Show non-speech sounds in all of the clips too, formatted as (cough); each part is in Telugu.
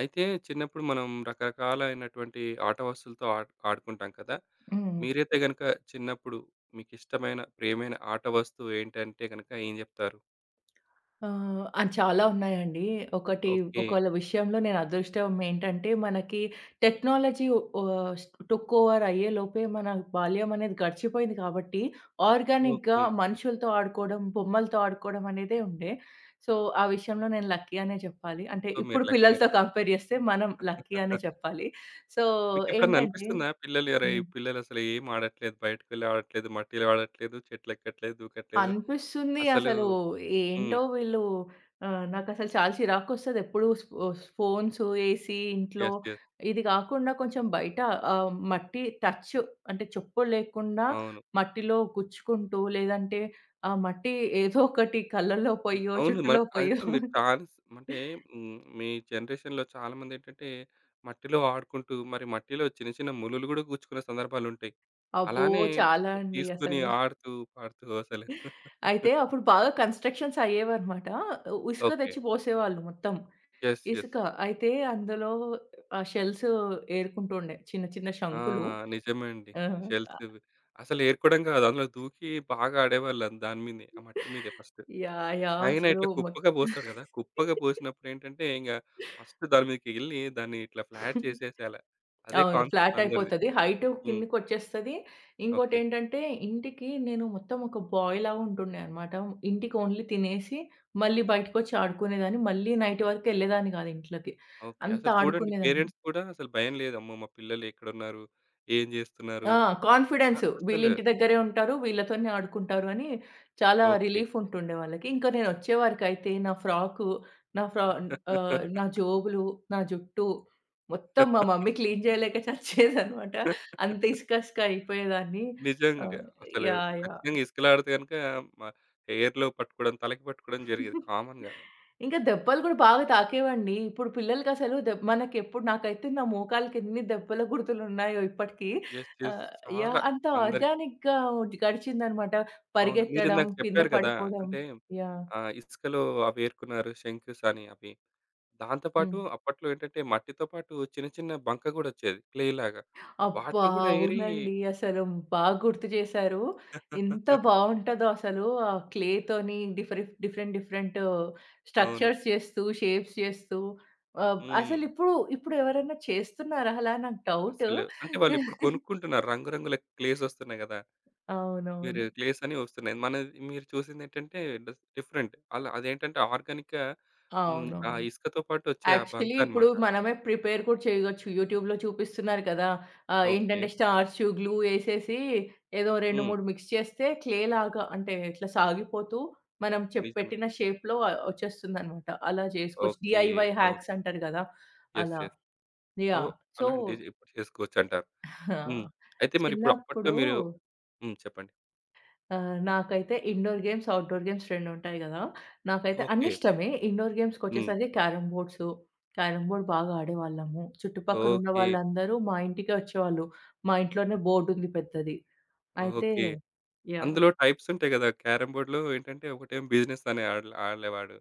అయితే చిన్నప్పుడు మనం రకరకాలైనటువంటి ఆట వస్తువులతో ఆడుకుంటాం కదా! హ్మ్. మీరైతే గనుక చిన్నప్పుడు మీకిష్టమైన, ప్రియమైన ఆట వస్తువు ఏంటంటే గనుక ఏం జెప్తారు? ఆహ్, ఆ! చాలా ఉన్నాయండి. ఒకటి ఓకే. ఒకళ్ళ విషయంలో నేను అదృష్టం ఏంటంటే, మనకి టెక్నాలజీ ఆహ్, టుక్ ఓవర్ అయ్యే లోపే మన బాల్యం అనేది గడిచిపోయింది కాబట్టి, ఆర్గానిక్‌గా ఓకే. మనుషులతో ఆడుకోవడం, బొమ్మలతో ఆడుకోవడం అనేదే ఉండే. సో, ఆ విషయంలో నేను లక్కీ అనే చెప్పాలి. అంటే సో, మీరు ఇప్పుడు లక్కీ పిల్లలతో అన్నమాట. కంపేర్ చేస్తే మనం లక్కీ అనే (laughs) చెప్పాలి. సో, మీకెప్పుడన్నా ఏంటంటే అనిపిస్తుందా పిల్లలు? అరేయ్! ఈ హ్మ్. పిల్లలసలు ఏం ఆడట్లేదు, బయటికెళ్ళి ఆడట్లేదు, మట్టిలో ఆడట్లేదు, చెట్లెక్కట్లేదు, దూకట్లేదు. అనిపిస్తుంది. అసలు. అసలు హ్మ్. ఏంటో వీళ్ళు నాకసలు చాలా చిరాకొస్తది. ఎప్పుడు స్పో ఫోన్స్, ఏసీ ఇంట్లో యెస్. యెస్. ఇది కాకుండా కొంచెం బయట మట్టి టచ్, అంటే చెప్పులు లేకుండా అవును. మట్టిలో గుచ్చుకుంటూ, లేదంటే ఆ మట్టి ఏదో ఒకటి కళ్ళల్లో హ్మ్. పోయో, అవును. మరి జుట్టులో పోయో. అయితే మీరు ఛాన్స్, అంటే హ్మ్, మీ జనరేషన్‌లో చాలామందేంటంటే మట్టిలో ఆడుకుంటూ, మరి మట్టిలో చిన్న చిన్న ములులు గూడా గుచ్చుకునే సందర్భాలుంటాయి. అబ్బో! అలానే చాలా అండి తీసుకొని అసలు. ఆడుతూ, పాడుతూ అసలు. అయితే (laughs) అప్పుడు బాగా కన్‌స్ట్రక్షన్స్ అయ్యేవన్నమాట. ఇసుక ఓకే. తెచ్చి పోసేవాళ్ళు మొత్తం. యెస్. యెస్. ఇసుక. అయితే అందులో ఆ షెల్స్ ఏరుకుంటుండే. చిన్న చిన్న ఆ! శంకులు. నిజమే అండి. ఆ! షెల్స్ ఇవి. అసలు ఏరుకోవడం గాదు. అందులో దూకి బాగా ఆడేవాళ్ళు దాని మీదనే. ఆ మట్టి మీదే ఫస్ట్. యాహ్! యాహ్! పైన అసలు ఇట్లా మొత్తం కుప్పగా పోస్తాడు గదా! కుప్పగా పోసినప్పుడేంటంటే, ఫస్ట్ దాని మీదకెళ్ళి దాన్ని ఇట్లా ఫ్లాట్ చేసేసేయాల. అదే అవును. ఫ్లాట్ కాన్సెప్ట్ అందరిది. అయిపోతది. హైట్ హ్మ్. కిందకొచ్చేస్తది. ఓకే. ఇంకోటేంటంటే ఇంటికి నేను మొత్తం ఒక బాయ్ లాగా ఉంటుండే అన్నమాట. ఇంటికి ఓన్లీ తినేసి మళ్ళీ బయటకొచ్చి ఆడుకునేదాన్ని. మళ్ళీ నైట్ వరకు ఎళ్ళేదాన్ని గాదు ఇంట్లోకి. ఓకే. అంత అసలు చూడండి, ఆడుకునేదాన్ని. పేరెంట్స్ కూడా అసలు భయం లేదు. అమ్మో! మా పిల్లలు ఎక్కడున్నారు? ఏం జేస్తున్నారు? ఆ! కాన్ఫిడెన్సు. అసలు. వీళ్ళింటి దగ్గరే ఉంటారు. వీళ్ళతోనే ఆడుకుంటారు అని చాలా ఓకే. రిలీఫ్ ఉంటుండే వాళ్ళకి. ఇంకా నేనొచ్చేవరకైతే నా ఫ్రాకు, నా ఫ్రా నా జోబులు, నా జుట్టు మొత్తం మా మమ్మీ (laughs) క్లీన్ చేయలేక చచ్చేదనమాట. అంత ఇసక ఇసక అయిపోయేదాన్ని. నిజంగా. ఆహ్, అసలు యాహ్! యాహ్! ఖచ్చితంగా ఇసుకలాడితే గనుక, మ హెయిర్‌లో పట్టుకోవడం, తలకి పట్టుకోవడం జరిగేది కామన్‌గా. ఇంకా దెబ్బలు గూడా బాగా తాకేవండి. ఇప్పుడు పిల్లలకసలు దెబ్ మనకెప్పుడు నాకైతే నా మోకాళ్ళకి ఎన్ని దెబ్బల గుర్తులున్నాయో ఇప్పటికి. యెస్. యెస్. ఆహ్, చాలా యాహ్! అంత అందరికి. ఆర్గానిక్‌గా గడిచిందనమాట. అవును. పరిగెత్తడం, మీరిందాక కింద చెప్పారు కదా! పడిపోవడం. అంటే యాహ్! ఆహ్, ఇసుకలో అవి ఏరుకున్నారు శంకుస్ అని అవి. దాంతో హ్మ్. పాటు అప్పట్లో ఏంటంటే మట్టితో పాటు చిన్న చిన్న బంక గూడా ఒచ్చేది, క్లే లాగా. అబ్బా! వాటిని గూడా ఏరి అవునండి. అసలు బాగా గుర్తు చేశారు. ఎంత బావుంటదో అసలు ఆ క్లేతోని డిఫరెంట్ డిఫరెంట్ డిఫరెంట్ అవును. స్ట్రక్చర్స్ చేస్తూ, షేప్స్ చేస్తూ హ్మ్. అసలిప్పుడు ఎవరైనా చేస్తున్నారా అలా? నాకు డౌట్. అసలు అంటే వాళ్ళిప్పుడు కొనుక్కుంటున్నారు. రంగురంగుల క్లేస్ ఒస్తున్నాయి గదా! మీరు అవునవును. క్లేస్ అని ఒస్తున్నాయి. మనది మీరు చూసిందేంటంటే డిఫరెంట్. అలా అదేంటంటే ఆర్గానిక్‌గా. హ్మ్. ఆ అవునవును. ఇసుకతో పాటు ఒచ్చే ఆ బంక యాక్చువల్లీ ఇప్పుడు అన్నమాట. మనమే ప్రిపేర్ కూడా చేయొచ్చు. యూట్యూబ్‌లో చూపిస్తున్నారు కదా! ఓకే. ఏంటంటే స్టార్చు, గ్లూ ఏసేసి ఏదో 2, హ్మ్. 3 మిక్స్ చేస్తే క్లే లాగా, అంటే ఇట్లా సాగిపోతూ మనం నిజమే. పెట్టిన షేప్‌లో వచ్చేస్తుందనమాట. అలా చేసుకోవచ్చు. ఓకే. డీఐవై అవును. హ్యాక్స్ అంటారు కదా! యెస్. అలా. యెస్. So, yeah! సో, అలాంటివి ఇప్పుడు చేసుకోవచ్చంటారు. హ్మ్. (laughs) అయితే మరిప్పుడు చిన్నప్పుడు అప్పట్లో మీరు హ్మ్, చెప్పండి. ఆ! నాకైతే ఇండోర్ గేమ్స్, ఔట్‌డోర్ గేమ్స్ 2 ఉంటాయి గదా! నాకైతే అన్నీ ఓకే. ఇష్టమే. ఇండోర్ హ్మ్. గేమ్స్‌కొచ్చేసరికి క్యారమ్ బోర్డ్స్, క్యారమ్ బోర్డ్ బాగా ఆడేవాళ్ళము. చుట్టుపక్కన ఉన్న ఓకే. వాళ్ళందరూ మా ఇంటికే వచ్చేవాళ్ళు. మా ఇంట్లోనే బోర్డ్ ఉంది పెద్దది. అయితే ఓకే. యాహ్! అందులో టైప్స్ ఉంటాయి కదా! క్యారమ్ బోర్డ్‌లో ఏంటంటే ఒకటేమో బిజినెస్ అనే ఆడలేవాడు.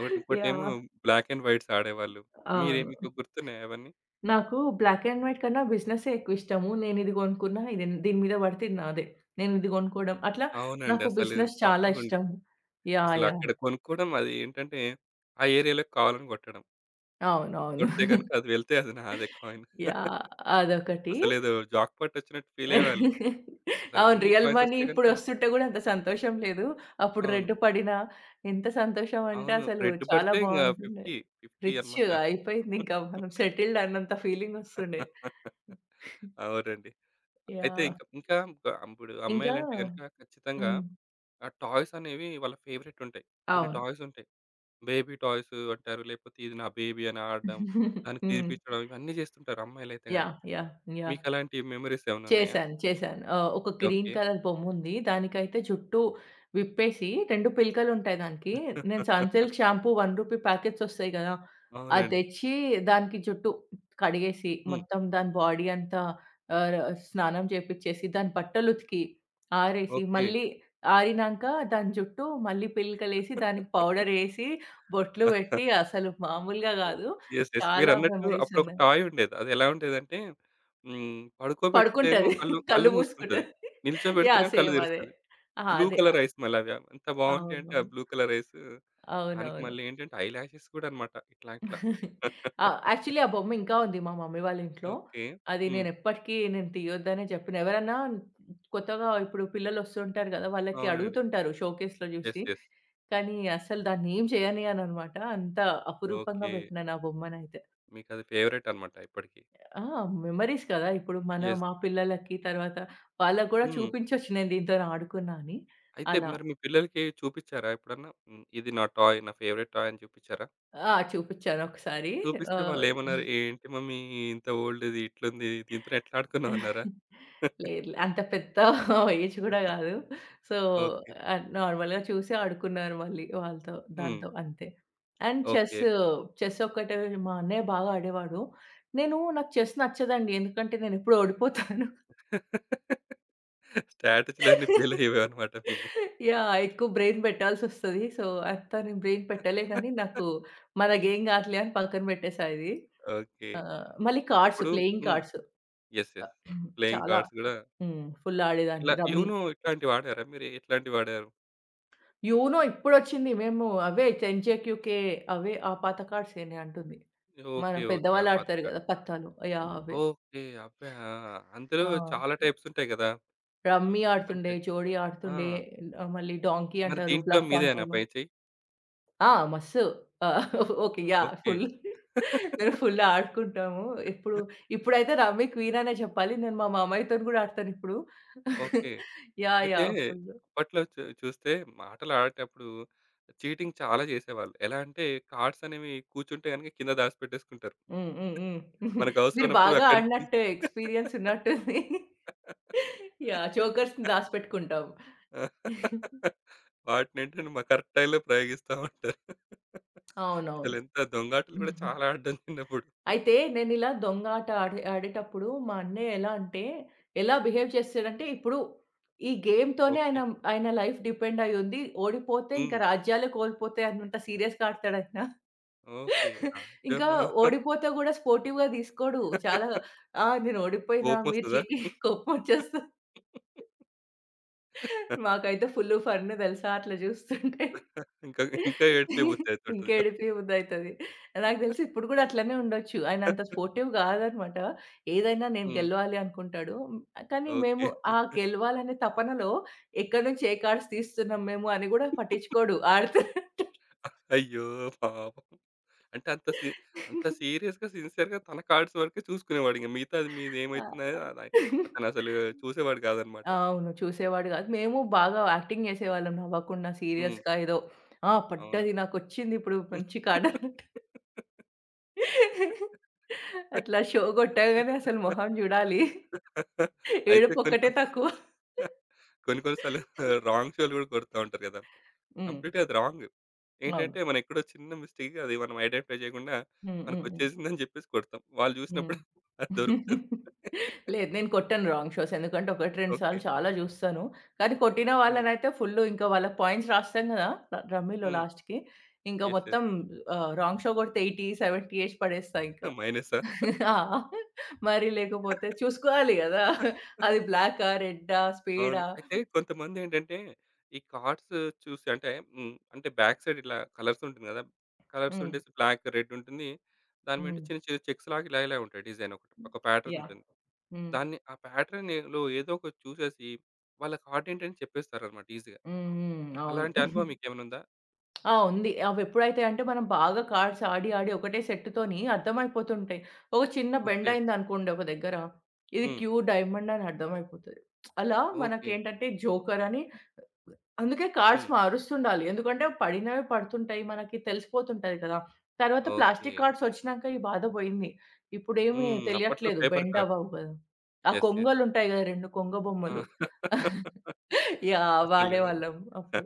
ఒకటి, ఇంకోటేమో యాహ్! బ్లాక్ అండ్ వైట్స్ ఆడేవాళ్ళు. అవును. మీకు గుర్తున్నాయా అవన్నీ? నాకు బ్లాక్ అండ్ వైట్ కన్నా బిజినెస్సే ఎక్కువ ఇష్టము. నేను ఇది కొనుక్కున్నా, ఇది దీని మీద పడితే ఇది నాదే. నేను ఇది కొనుక్కోవడం అట్లా, అవునండి. నాకు అసలు బిజినెస్ చాలా బాగుండే. ఇష్టం. యాహ్! యాహ్! అసలక్కడ కొనుక్కోవడం అది ఏంటంటే, ఆ ఏరియాలోకి కావాలని కొట్టడం. అవునవును. కొడితే గనుక అది వెళ్తే అది నాదే కాయిన్. యాహ్! (laughs) అదొకటి. అసలేదో జాక్‌పాట్ వచ్చినట్టు ఫీల్ అయ్యేవాళ్ళు. అవును. అసలన్ని రియల్ కాయిన్స్ మనీ వస్తే గనుక ఇప్పుడొస్తుంటే గూడా అంత సంతోషం లేదు. అప్పుడు అవును. రెడ్ పడినా ఎంత సంతోషం అంటే అవును. అసలు రెడ్ చాలా పడితే బావుంటుండే. 50, 50 రిచ్ అన్నమాట. అయిపోయిందింక, మనం సెటిల్డ్ అన్నంత ఫీలింగొస్తుండే. (laughs) అవునండి. అయితే యాహ్! ఇంక ఇంకా ఒక ఇప్పుడు ఇంకా అమ్మాయిలంటే గనుక ఖచ్చితంగా హ్మ్. ఆ టాయ్స్ అనేవి వాళ్ళ ఫేవరెట్ ఉంటాయి. కొన్ని అవును. టాయ్స్ ఉంటాయి. బేబీ టాయ్స్ అంటారు. లేకపోతే ఇది నా బేబీ అని ఆడడం, (laughs) దానికి హ్మ్. తినిపించడం, ఇవన్నీ చేస్తుంటారు అమ్మాయిలైతే గనుక. యాహ్! యాహ్! యాహ్! మీకు అలాంటి మెమోరీస్ ఏమైనా ఉన్నాయా? చేశాను. చేశాను. ఒక గ్రీన్ ఓకే. కలర్ బొమ్ముంది. దానికైతే జుట్టూ విప్పేసి 2 పిలకలుంటాయి దానికి. నేను (laughs) 'సన్‌సిల్క్' షాంపూ రూ. 1 ప్యాకెట్సొస్తాయి గదా! అది అవునండి. తెచ్చి దానికి జుట్టు కడిగేసి, హ్మ్. మొత్తం దాని బాడీ అంతా ఆహ్, స్నానం చేపిచ్చేసి, దాని బట్టలుతికి, ఆరేసి, ఓకే. మళ్ళీ ఆరినంక దాని జుట్టు మళ్ళీ పిలకలేసి, దానికి (laughs) పౌడరేసి, బొట్లు పెట్టి అసలు మామూలుగా గాదు. యెస్. యెస్. చాలా మీరన్నట్టు అప్పుడొక మెమోరీసున్నాయి. టాయ్ ఉండేది. అది ఎలా ఉండేదంటే హ్మ్, పడుకోబెడితేమో పడుకుంటది. కళ్ళు కళ్ళు కళ్ళు మూసుకుంటది. మూసుకుంటది. యాహ్! నిల్చోబెడితేనేమో కళ్ళు సేమ్ అదే. తెరుస్తది. ఆ! బ్లూ అదే. కలర్ ఐస్ మళ్ళవి. ఎంత బావుంటాయంటే, అవునవును. ఆ బ్లూ కలర్ ఐసు. దానికి అవునవును. మళ్ళీ ఏంటంటే, ఐ లాషెస్ కూడా అనమాట. ఇట్లా, ఇట్లా. ఆ! (laughs) యాక్చువల్లీ ఆ బొమ్మ ఇంకా ఉంది మా మమ్మీ వాళ్ళ ఇంట్లో. ఓకే. అది హ్మ్. నేనెప్పటికి తీయొద్దనే చెప్పిన. ఎవరన్నా కొత్తగా ఇప్పుడు పిల్లలొస్తుంటారు గదా! వాళ్ళకి అవునండి. అడుగుతుంటారు షోకేస్‌లో యెస్. జూసి. యెస్. కానీ అస్సలు దాన్నేం చేయనియ్యననమాట. అంత అపురూపంగా ఓకే. బెట్టినా నా బొమ్మనైతే. మీకది ఫేవరెట్ అనమాట ఇప్పటికి. ఆ! మెమోరీస్ కదా! ఇప్పుడు మన యెస్. మా పిల్లలకి, తర్వాత వాళ్ళకి గూడా హ్మ్. చూపించొచ్చు నేను దీనితోని ఆడుకున్నా అని. అయితే అలా. మరి మీ పిల్లలకి చూపిచ్చారా ఎప్పుడన్నా? హ్మ్. ఇది నా టాయ్, నా ఫేవరెట్ టాయ్ అని చూపిచ్చారా? ఆ! చూపిచ్చానొకసారి. చూపిస్తే వాళ్ళేమన్నారు? లేదు. "ఏంటి మమ్మీ, ఇంత ఓల్డ్‌ది ఇట్లుంది. దీంతోని ఎట్లా ఆడుకున్నావన్నారా?" (laughs) (laughs) అంత పెద్ద ఏజ్ గూడా గాదు. So, okay. నార్మల్‌గా చూసి ఆడుకున్నారు మళ్ళీ వాళ్ళతో హ్మ్. దాంతో అంతే. And chess, okay. చెస్ ఒక్కటే మా అన్నయ్య బాగా ఆడేవాడు. నాకు చెస్ నచ్చదండి. ఎందుకంటే నేనెప్పుడూ ఓడిపోతాను. (laughs) స్ట్రాటజీలన్నీ ఫెయిల్ (laughs) అయ్యేవే అనమాట మీ. యాహ్! ఎక్కువ బ్రెయిన్ బెట్టాల్సొస్తది. సో, అంత నేను బ్రెయిన్ పెట్టలేనని నాకు, మనకేం గాదులే అని పక్కన బెట్టేసా ఇది. ఓకే. మళ్ళీ కార్డ్స్, ఇప్పుడు playing hmm. Cards. Yes. Uh yes. Playing చాలా కార్డ్స్ గూడా హ్మ్. ఫుల్ ఇట్లా ఆడేదాన్ని. రమ్మీ. యూనో, ఇట్లాంటివి వాడారా మీరు? ఎట్లాంటివి వాడారు? యూనో ఇప్పుడొచ్చింది. మేము అవే 10 జేక్యూకే, అవే ఆ పాత కార్డ్సేనే అంటుంది. మన ఓకే. ఓకే. ఆ! పెద్దవాళ్ళు పాత ఆడతారు కార్డ్స్. గదా! పత్తాలు. యాహ్! అవే. ఓకే. అబ్బా! ఆ! అందులో ఆ! చాలా టైప్స్ ఉంటాయి గదా! రమ్మీ అంటే ఆడుతుండే, జోడీ ఆ! ఆడుతుండే, మళ్ళీ డాంకీ మరి అంటారు, దీంట్లో బ్లఫ్ మీదేనా అంటారు. పై చెయ్యి? ఆ! మస్తు. ఆ! ఓకే. యాహ్! ఓకే. ఫుల్. మేము (laughs) ఫుల్ ఆడుకుంటాము. ఇప్పుడు ఇప్పుడైతే రమ్మీ క్వీన్ అనే చెప్పాలి. నేను మా మామయ్యతోని గూడా ఆడతానిప్పుడు. ఓకే. యాహ్! అయితే యాహ్! ఫుల్. అప్పట్లో చూస్తే ఆటలాడేటప్పుడు చీటింగ్ చాలా చేసేవాళ్ళు. ఎలా అంటే, కార్డ్స్ అనేవి కూర్చుంటే గనుక కింద దాచిపెట్టేసుకుంటారు. హ్మ్. హ్మ్. హ్మ్. మనకు (laughs) అవసరం మీరు ఉన్నప్పుడు బాగా అక్కడి నుంచి ఆడినట్టు ఎక్స్‌పీరియన్స్ ఉన్నట్టుంది. (laughs) యాహ్! జోకర్స్‌ని దాసిపెట్టుకుంటాం. వాటినేంటంటే మా కరెక్ట్ టైంలో ప్రయోగిస్తా ఉంటారు. అసలు అవునవును. ఎంత దొంగాటలు కూడా చాలా ఆడ్డాను చిన్నప్పుడు. అయితే నేనిలా దొంగ ఆట ఆడే ఆడేటప్పుడు మా అన్నయ్య ఎలా అంటే, ఎలా బిహేవ్ చేస్తాడంటే, ఇప్పుడు ఈ గేమ్‌తోనే ఓకే. ఆయన ఆయన లైఫ్ డిపెండ్ అయ్యుంది. ఓడిపోతే హ్మ్. ఇంకా రాజ్యాలే కోల్పోతాయి అన్నంత సీరియస్‌గా ఆడతాడాయన. ఓకే. ఇంకా రాజమా. ఓడిపోతే గూడా స్పోర్టివ్‌గా తీసుకోడు. చాలా, "ఆ! నేను ఓడిపోయినా మీరు కోపమొస్తదా? చీటింగ్", కోపమొచ్చేస్తది. మాకైతే ఫుల్లు ఫన్ తెలుసా అట్లా జూస్తుంటే. ఇంకా ఇంకా ఏడిపే బుద్దయితుంటది. ఇంకేడిపి బుద్దయితది. నాకు తెలిసి ఇప్పుడు గూడా అట్లనే ఉండొచ్చు. ఆయనంత స్పోర్టివ్ గాదనమాట. ఏదైనా నేను హ్మ్. గెలవాలి అనుకుంటాడు. కానీ ఓకే. మేము, ఆ గెలవాలనే తపనలో ఎక్కడి నుంచి ఏ కార్డ్స్ తీస్తున్నాం మేము అని గూడా పట్టించుకోడు. ఆడుతూంటాడు. అయ్యో! పాపం. అంటే అంత సీరియస్‌గా, సిన్సియర్‌గా తన కార్డ్స్ వరకే చూసుకునేవాడింక. మిగతాది ఆ! మీదేమైతుందనేది అలా అతనసలు చూసేవాడు కాదనమాట. అవును. చూసేవాడు గాదు. మేము బాగా యాక్టింగ్ జేసేవాళ్ళం నవ్వకుండా హ్మ్. సీరియస్‌గా, ఏదో, ఆ! అవును. పడ్డది నాకొచ్చిందిప్పుడు మంచి కార్డ్. అట్లా షో గొట్టంగానే అసలు మొహం జూడాలి. అయితే ఏడుపు కొన్ని ఒక్కటే కొన్ని తక్కువ. (laughs) కొన్ని కొన్ని సార్లు (laughs) రాంగ్ షోలు గూడా కొడతా ఉంటారు గదా! హ్మ్. కంప్లీట్‌గా అది రాంగ్. ఏంటంటే అవును. మనం ఎక్కడో చిన్న మిస్టేక్, అది మనం ఐడెంటిఫై జేయకుండా హ్మ్. హ్మ్. హ్మ్. మనకొచ్చేసిందని జెప్పేసి కొడతాం. వాళ్ళు హ్మ్. జూసినప్పుడు (laughs) అది దొరుకుతది. లేదు. నేను కొట్టను రాంగ్ షోస్. ఎందుకంటే 1, 2 ఓకే. సార్లు చాలా జూస్తాను. కానీ కొట్టిన హ్మ్. వాళ్ళనైతే ఫుల్లు ఇంకా వాళ్ళ పాయింట్స్ రాస్తాం గదా! రమ్మీలో హ్మ్. లాస్ట్‌కి. ఇంకా యెస్. మొత్తం యెస్. రాంగ్ షో గొడితే 80, 70 ఏసి పడేస్తా ఇంకా. మైనసా? ఆ! మరి లేకపోతే (laughs) చూసుకోవాలి గదా! అది బ్లాకా? రెడ్డా? అవును. స్పేడా? అయితే కొంతమందేంటంటే ఈ కార్డ్స్ చూసి అంటే హ్మ్, అంటే బ్యాక్ సైడ్ ఇట్లా కలర్స్ ఉంటుంది గదా! కలర్స్ హ్మ్. ఉండేసి బ్లాక్, రెడ్ ఉంటుంది. దాని మీంట హ్మ్. చిన్న చిన్న చెక్స్‌లాగా ఇలా ఇలా ఉంటాయి, డిజైన్ ఒకటి. హ్మ్. ఒక ప్యాటర్న్ యాహ్! ఉంటుంది. హ్మ్. దాన్ని ఆ ప్యాటర్న్‌లో ఏదో ఒకటి చూసేసి వాళ్ళ హార్ట్ ఏంటని చెప్పేస్తారనమాట ఈజీగా. హ్మ్. హ్మ్. అవును. అలాంటి అనుభవం మీకేమైనా ఉందా? ఆ! ఉంది. అవెప్పుడైతే అంటే మనం బాగా కార్డ్స్ ఆడి, ఆడి ఒకటే సెట్‌తోని అర్థమైపోతుంటాయి. ఒక చిన్న బెండ్ ఓకే. అయిందనుకోండి ఒక దగ్గర, ఇది హ్మ్. క్యూ డైమండ్ అని అర్థమైపోతది. అలా ఓకే. మనకేంటంటే జోకర్ అని, అందుకే కార్డ్స్ హ్మ్. మారుస్తుండాలి. ఎందుకంటే పడినవి పడుతుంటాయి. మనకి తెలిసిపోతుంటది కదా! తర్వాత ఓకే. ప్లాస్టిక్ కార్డ్స్ ఒచ్చినాక ఈ బాధ పోయింది. ఇప్పుడేమి హ్మ్. అప్పట్లో తెలియట్లేదు. Paper bend cut. అవ్వవు గదా! ఆ యెస్. యెస్. కొంగలుంటాయి గదా! 2 కొంగ ఆ! బొమ్మలు. (laughs) యాహ్! అసలు వాడేవాళ్ళం (laughs) అప్పుడు.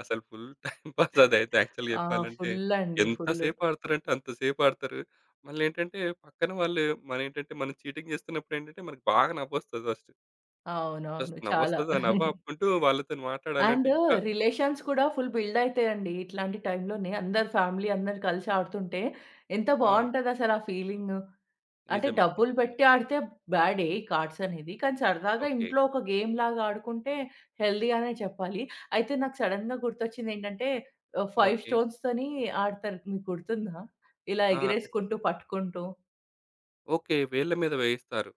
అసలు ఫుల్ టైమ్ పాస్ అదైతే యాక్చువల్‌గా ఆ! చెప్పాలంటే. ఫుల్ అండి. ఎంత ఫుల్. సేపు ఆడతారంటే అంత సేపు ఆడతారు. మళ్ళేంటంటే పక్కన వాళ్ళు మనేంటంటే మనం చీటింగ్ చేస్తున్నప్పుడు ఏంటంటే మనకు బాగా నవ్వొస్తది ఫస్ట్. అవునవును. ఫస్ట్ చాలా. నవ్వొస్తది. ఆ నవ్వు ఆపుకుంటూ వాళ్ళతోని మాట్లాడాలంటే అండ్ ఇంకా రిలేషన్స్ కూడా ఫుల్ బిల్డ్ అయితాయండి. ఇట్లాంటి టైంలోనే అందరు ఫ్యామిలీ అందరు కలిసి ఆడుతుంటే ఎంత ఆ! బావుంటదసల ఆ ఫీలింగు. అంటే నిజమే. డబ్బులు నిజమే అండి. పెట్టి ఆడితే బ్యాడే ఈ కార్డ్స్ అనేది. కానీ సరదాగా ఓకే. ఇంట్లో ఒక గేమ్ లాగా ఆడుకుంటే హెల్తీ అనే చెప్పాలి. అయితే నాకు సడెన్‌గా గుర్తొచ్చిందేంటంటే, 5 ఓకే. స్టోన్స్‌తోని ఆడతారు. మీకు గుర్తుందా? ఇలా ఆ! ఒక ఎగిరేసుకుంటూ, పట్టుకుంటూ. ఓకే. వేళ్ళ మీద వేయిస్తారు.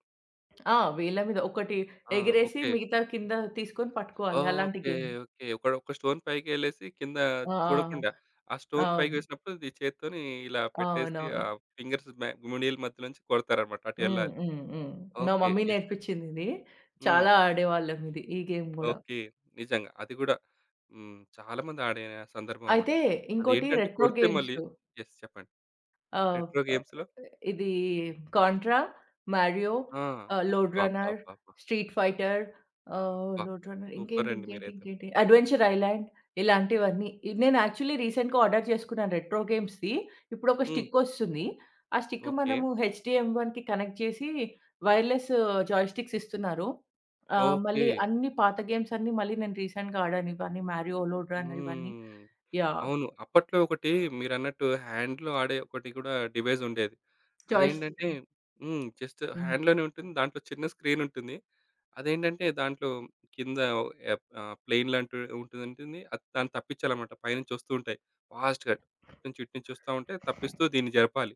ఆ! వేళ్ళ మీద ఒకటి ఆ! ఎగిరేసి ఓకే. మిగతావి కింద తీసుకొని పట్టుకోవాలి. అలాంటి ఓకే. గేమ్. ఓకే. ఒక ఒక స్టోన్ పైకెళ్ళేసి కింద చూడకుండా, ఆ! ఆ ఆ! స్టోన్ పైకి అవును. వేసినప్పుడు ఇది చేత్తోని ఇలా పెట్టేసి ఆ అవునవును. ఫింగర్స్ మునీలు మధ్య నుంచి కొడతారనమాట. అటు హ్మ్. ఎళ్ళాలి. హ్మ్. హ్మ్. మా ఓకే. Mummy yes. యెస్. నేర్పించిందిది. హ్మ్. చాలా ఆడేవాళ్ళం ఇది. ఈ గేమ్ గూడా. ఓకే. నిజంగా. అది గూడా హ్మ్, చాలా మంది ఆడిన సందర్భం అనమాట. అయితే ఇంకోటి అదేంటంటే రెట్రో కొడితే గేమ్స్. మళ్ళీ యెస్. చెప్పండి. ఆహ్, రెట్రో ఆహ్, గేమ్స్‌లో ఇది 'కాంట్రా', 'మారియో', ఆ! 'లోడ్ రన్నర్', అబ్బబ్బబ్బబ్బా! 'స్ట్రీట్ ఫైటర్', అబ్బా! 'లోడ్ రన్నర్', ఇంకేంటి, సూపరండి ఇంకేంటి, మీరైతే. ఇంకేంటి 'అడ్వెంచర్ ఐలాండ్', ఇలాంటివన్నీ. నేను యాక్చువల్లీ రీసెంట్‌గా ఆర్డర్ చేసుకున్నాను రెట్రో గేమ్స్‌ది. ఇప్పుడు ఒక హ్మ్. స్టిక్ వస్తుంది. ఆ స్టిక్ ఓకే. మనము హెచ్‌డీఎం వన్‌కి కనెక్ట్ చేసి, వైర్‌లెస్ జాయ్‌స్టిక్స్ ఇస్తున్నారు. ఓకే. మళ్ళీ అన్ని పాత గేమ్స్ అన్నీ మళ్ళీ నేను రీసెంట్‌గా ఆడాను. ఇవన్నీ 'మారియో', 'లోడ్ రన్నర్', ఇవన్నీ హ్మ్. యాహ్! అవును. అప్పట్లో ఒకటి, మీరన్నట్టు హ్యాండ్‌లో ఆడే ఒకటి కూడా డివైస్ ఉండేది. జాయ్‌స్టిక్. అదేంటంటే హ్మ్, జస్ట్ హ్మ్. హ్యాండ్‌లోనే ఉంటుంది. దాంట్లో చిన్న స్క్రీన్ ఉంటుంది. అదేంటంటే దాంట్లో కింద ఆహ్, ప్లెయిన్ లాంటి ఉంటుంది ఉంటుంది. అది దాన్ని తప్పించాలన్నమాట. పైనుంచి వస్తూ ఉంటాయి. ఫాస్ట్‌గా అటునుంచి ఇటునుంచి వస్తా ఉంటే తప్పిస్తూ దీన్ని జరపాలి.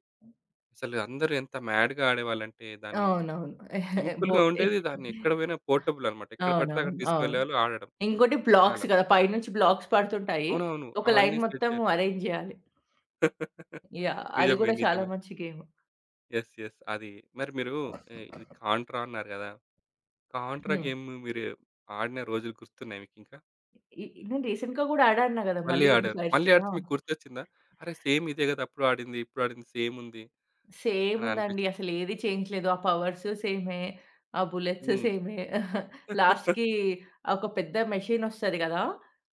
అసలు అందరూ ఎంత మ్యాడ్‌గా ఆడేవాళ్ళంటే దాన్ని అవునవును. (laughs) బో సింపుల్‌గా ఉండేది. దాన్ని ఎక్కడ పోయినా పోర్టబుల్ అన్నమాట. ఎక్కడ పడితే అక్కడ అవునవును. అవును. తీసుకెళ్ళేవాళ్ళు ఆడడం. ఇంకోటి బ్లాక్స్ చాలా. గదా! పైనుంచి బ్లాక్స్ పడుతుంటాయి. అవునవును. ఒక అవన్నీ లైన్ సెట్ మొత్తం చేయాలి. అరేంజ్ జేయాలి. (laughs) యాహ్! అది నిజమే. గూడా చాలా నిజమే. మంచి గేమ్. యెస్. యెస్. అది. మరి మీరు ఆహ్, ఇది 'కాంట్రా' అన్నారు గదా! 'కాంట్రా' హ్మ్. గేమ్ మీరు ఆడిన రోజులు గుర్తున్నాయా మీకింకా? ఈ నేను రీసెంట్‌గా గూడా ఆడాను గదా! మళ్ళీ మళ్ళీ ఇది ఆడారు. ఫస్ట్. మళ్ళీ ఆడితే ఆ! మీకు గుర్తొచ్చిందా? అరె! సేమ్ ఇదే గదా! అప్పుడు ఆడింది, ఇప్పుడు ఆడింది సేమ్ ఉంది సేమ్ అని ఉందండి. అనిపించిందా? అసలు ఏది చేంజ్ లేదు. ఆ పవర్స్ సేమే. ఆ బుల్లెట్స్ హ్మ్. సేమే. (laughs) లాస్ట్‌కి (laughs) ఒక పెద్ద మెషిన్ ఒస్తది గదా!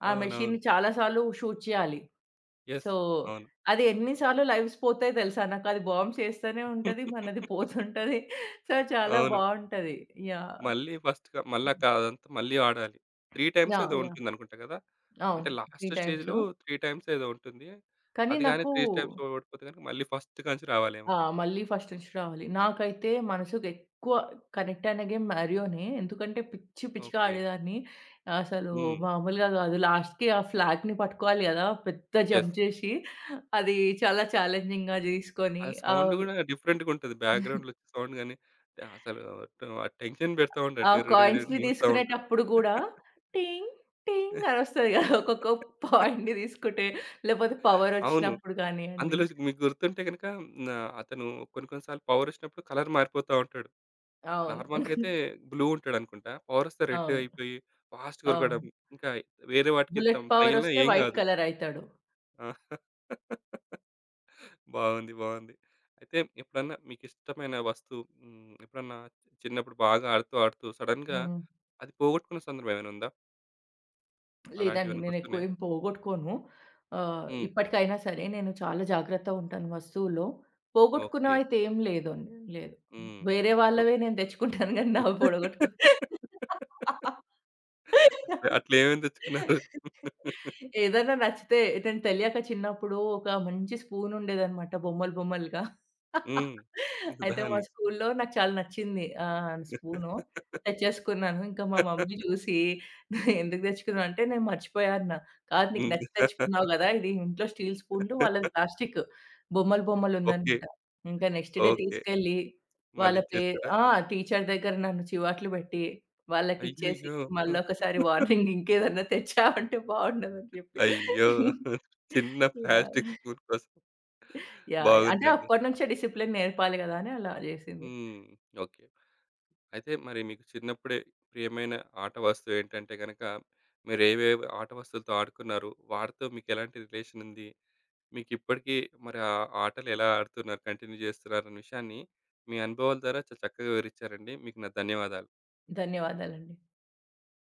ఆ అవునవును. మెషిన్‌ని చాలా సార్లు షూట్ చేయాలి. యెస్. సో, అవును. అది ఎన్ని సార్లు లైవ్స్ పోతాయి తెలుసా? నాకది బాంబ్ చేస్తూనే ఉంటది. మనది (laughs) పోతుంటది. సో, చాలా అవును. బావుంటది. యాహ్! మళ్ళీ ఫస్ట్‌గా మళ్ళా కాదంతా మళ్ళీ ఆడాలి. 3 టైమ్స్ యాహ్! ఏదో యాహ్! ఉంటుందనుకుంటా కదా! అవును. అంటే 3 లాస్ట్ టైమ్స్. స్టేజ్‌లో 3 టైమ్స్ ఏదో ఉంటుంది. కానీ అది గాని నాకు, 3 టైమ్స్ ఓడిపోతే గనుక మళ్ళీ ఫస్ట్ కాంచి రావాలేమో. ఆ! మళ్ళీ ఫస్ట్ నుంచి రావాలి. నాకైతే మనసుకెక్కువ కనెక్ట్ అయిన గేమ్ 'మారియో'నే. ఎందుకంటే పిచ్చి పిచ్చిగా ఓకే. ఆడేదాన్ని. అసలు హ్మ్. మామూలుగా కాదు. లాస్ట్‌కి ఆ ఫ్లాగ్‌ని పట్టుకోవాలి కదా! పెద్ద యెస్. జంప్ చేసి, అది చాలా ఛాలెంజింగ్‌గా తీసుకొని. ఆ సౌండ్ ఆహ్ గూడా డిఫరెంట్‌గుంటది. బ్యాక్‌గ్రౌండ్‌లో సౌండ్ గాని అసలు ఆ టెన్షన్ పెడతా ఉంటాడు. ఆ డర్‌ర్ డర్‌ర్ కాయిన్స్‌ని అని వస్తా ఉంటుంది. తీసుకునేటప్పుడు గూడా టింగ్ టింగ్ అనొస్తది గదా! ఒక్కొక్క పాయింట్‌ని తీసుకుంటే, లేపోతే అవును. పవరొచ్చినప్పుడు గానియండి. అందులో మీకు గుర్తుంటే గనుక నా అతను కొన్ని కొన్ని సార్లు పవర్ వచ్చినప్పుడు కలర్ మారిపోతా ఉంటాడు. అవును. నార్మల్‌గా అయితే బ్లూ ఉంటాడనుకుంటా. పవర్ వస్తే రెడ్ అవును. అయిపోయి ఫాస్ట్‌గా ఉరకడం. అవును. ఇంకా వేరే వాటికి బుల్లెట్ తగిలినా పవరొస్తే ఏం వైట్ కాదు. కలర్ అయితాడు. ఆ! బాగుంది. బాగుంది. అయితే ఎప్పుడన్నా మీకిష్టమైన వస్తువు హ్మ్, ఎప్పుడన్నా చిన్నప్పుడు బాగా ఆడుతూ, ఆడుతూ సడెన్‌గా హ్మ్. అది పోగొట్టుకున్న సందర్భం ఏమైనా ఉందా? లేదండి, అలాంటివేమైనా నేనెక్కువ గుర్తున్నాయా? ఏం పోగొట్టుకోను. హ్మ్. ఇప్పటికైనా సరే నేను చాలా జాగ్రత్తగా ఉంటాను వస్తువుల్లో. ఓకే. పోగొట్టుకున్నవయితే ఏం లేదండి. లేదు. హ్మ్. వేరే ఓకే. వాళ్ళవే ఓకే. నేను తెచ్చుకుంటాను గానీ నావి పోడగొట్టుకోను. అట్లా అట్లా ఏమేమి తెచ్చుకున్నారు? ఏదైనా నచ్చితే, నేను తెలియక చిన్నప్పుడు ఒక మంచి స్పూన్ ఉండేదన్నమాట బొమ్మలు బొమ్మలుగా. హ్మ్. అయితే మా దాన్ని. స్కూల్‌లో నాకు చాలా నచ్చింది. స్పూను (laughs) తెచ్చేసుకున్నాను. ఇంకా మా మమ్మీ చూసి, "ఎందుకు తెచ్చుకున్నావు?" అంటే, "నేను మర్చిపోయా" అన్నా. "కాదు నీకు నచ్చి హ్మ్. తెచ్చుకున్నావు కదా! ఇది ఇంట్లో స్టీల్ స్పూన్లు, వాళ్ళది ప్లాస్టిక్ బొమ్మలు బొమ్మలు ఓకే. ఉందన్నమాట." ఇంకా నెక్స్ట్ డే ఓకే. తీసుకెళ్ళి వాళ్ళ పే మళ్ళిచ్చేసారా? ఆ! టీచర్ దగ్గర నన్ను చివాట్లు పెట్టి వాళ్ళకిచ్చేసి, అయ్యయ్యో! మళ్ళొకసారి వార్నింగ్ ఇంకేదన్నా తెచ్చావంటే బావుండదని జెప్పి. అయ్యో! చిన్న యాహ్! ప్లాస్టిక్ స్పూన్ కోసం. యాహ్! అంటే బాగుందండి. అప్పటినుంచే డిసిప్లిన్ నేర్పాలి గదా! అని అలా జేసింది. హ్మ్. ఓకే. అయితే మరి మీకు చిన్నప్పుడే ప్రియమైన ఆట వస్తువేంటంటే గనక, మీరేవేవి ఆట వస్తువులతో ఆడుకున్నారు? వాటితో మీకెలాంటి రిలేషనుంది? మీకిప్పటికీ మరి ఆ ఆటలెలా ఆడుతున్నారు, కంటిన్యూ జేస్తున్నారనే విషయాన్ని మీ అనుభవాల ద్వారా చాలా చక్కగా వివరిచ్చారండి. మీకు నా ధన్యవాదాలు. ధన్యవాదాలండి.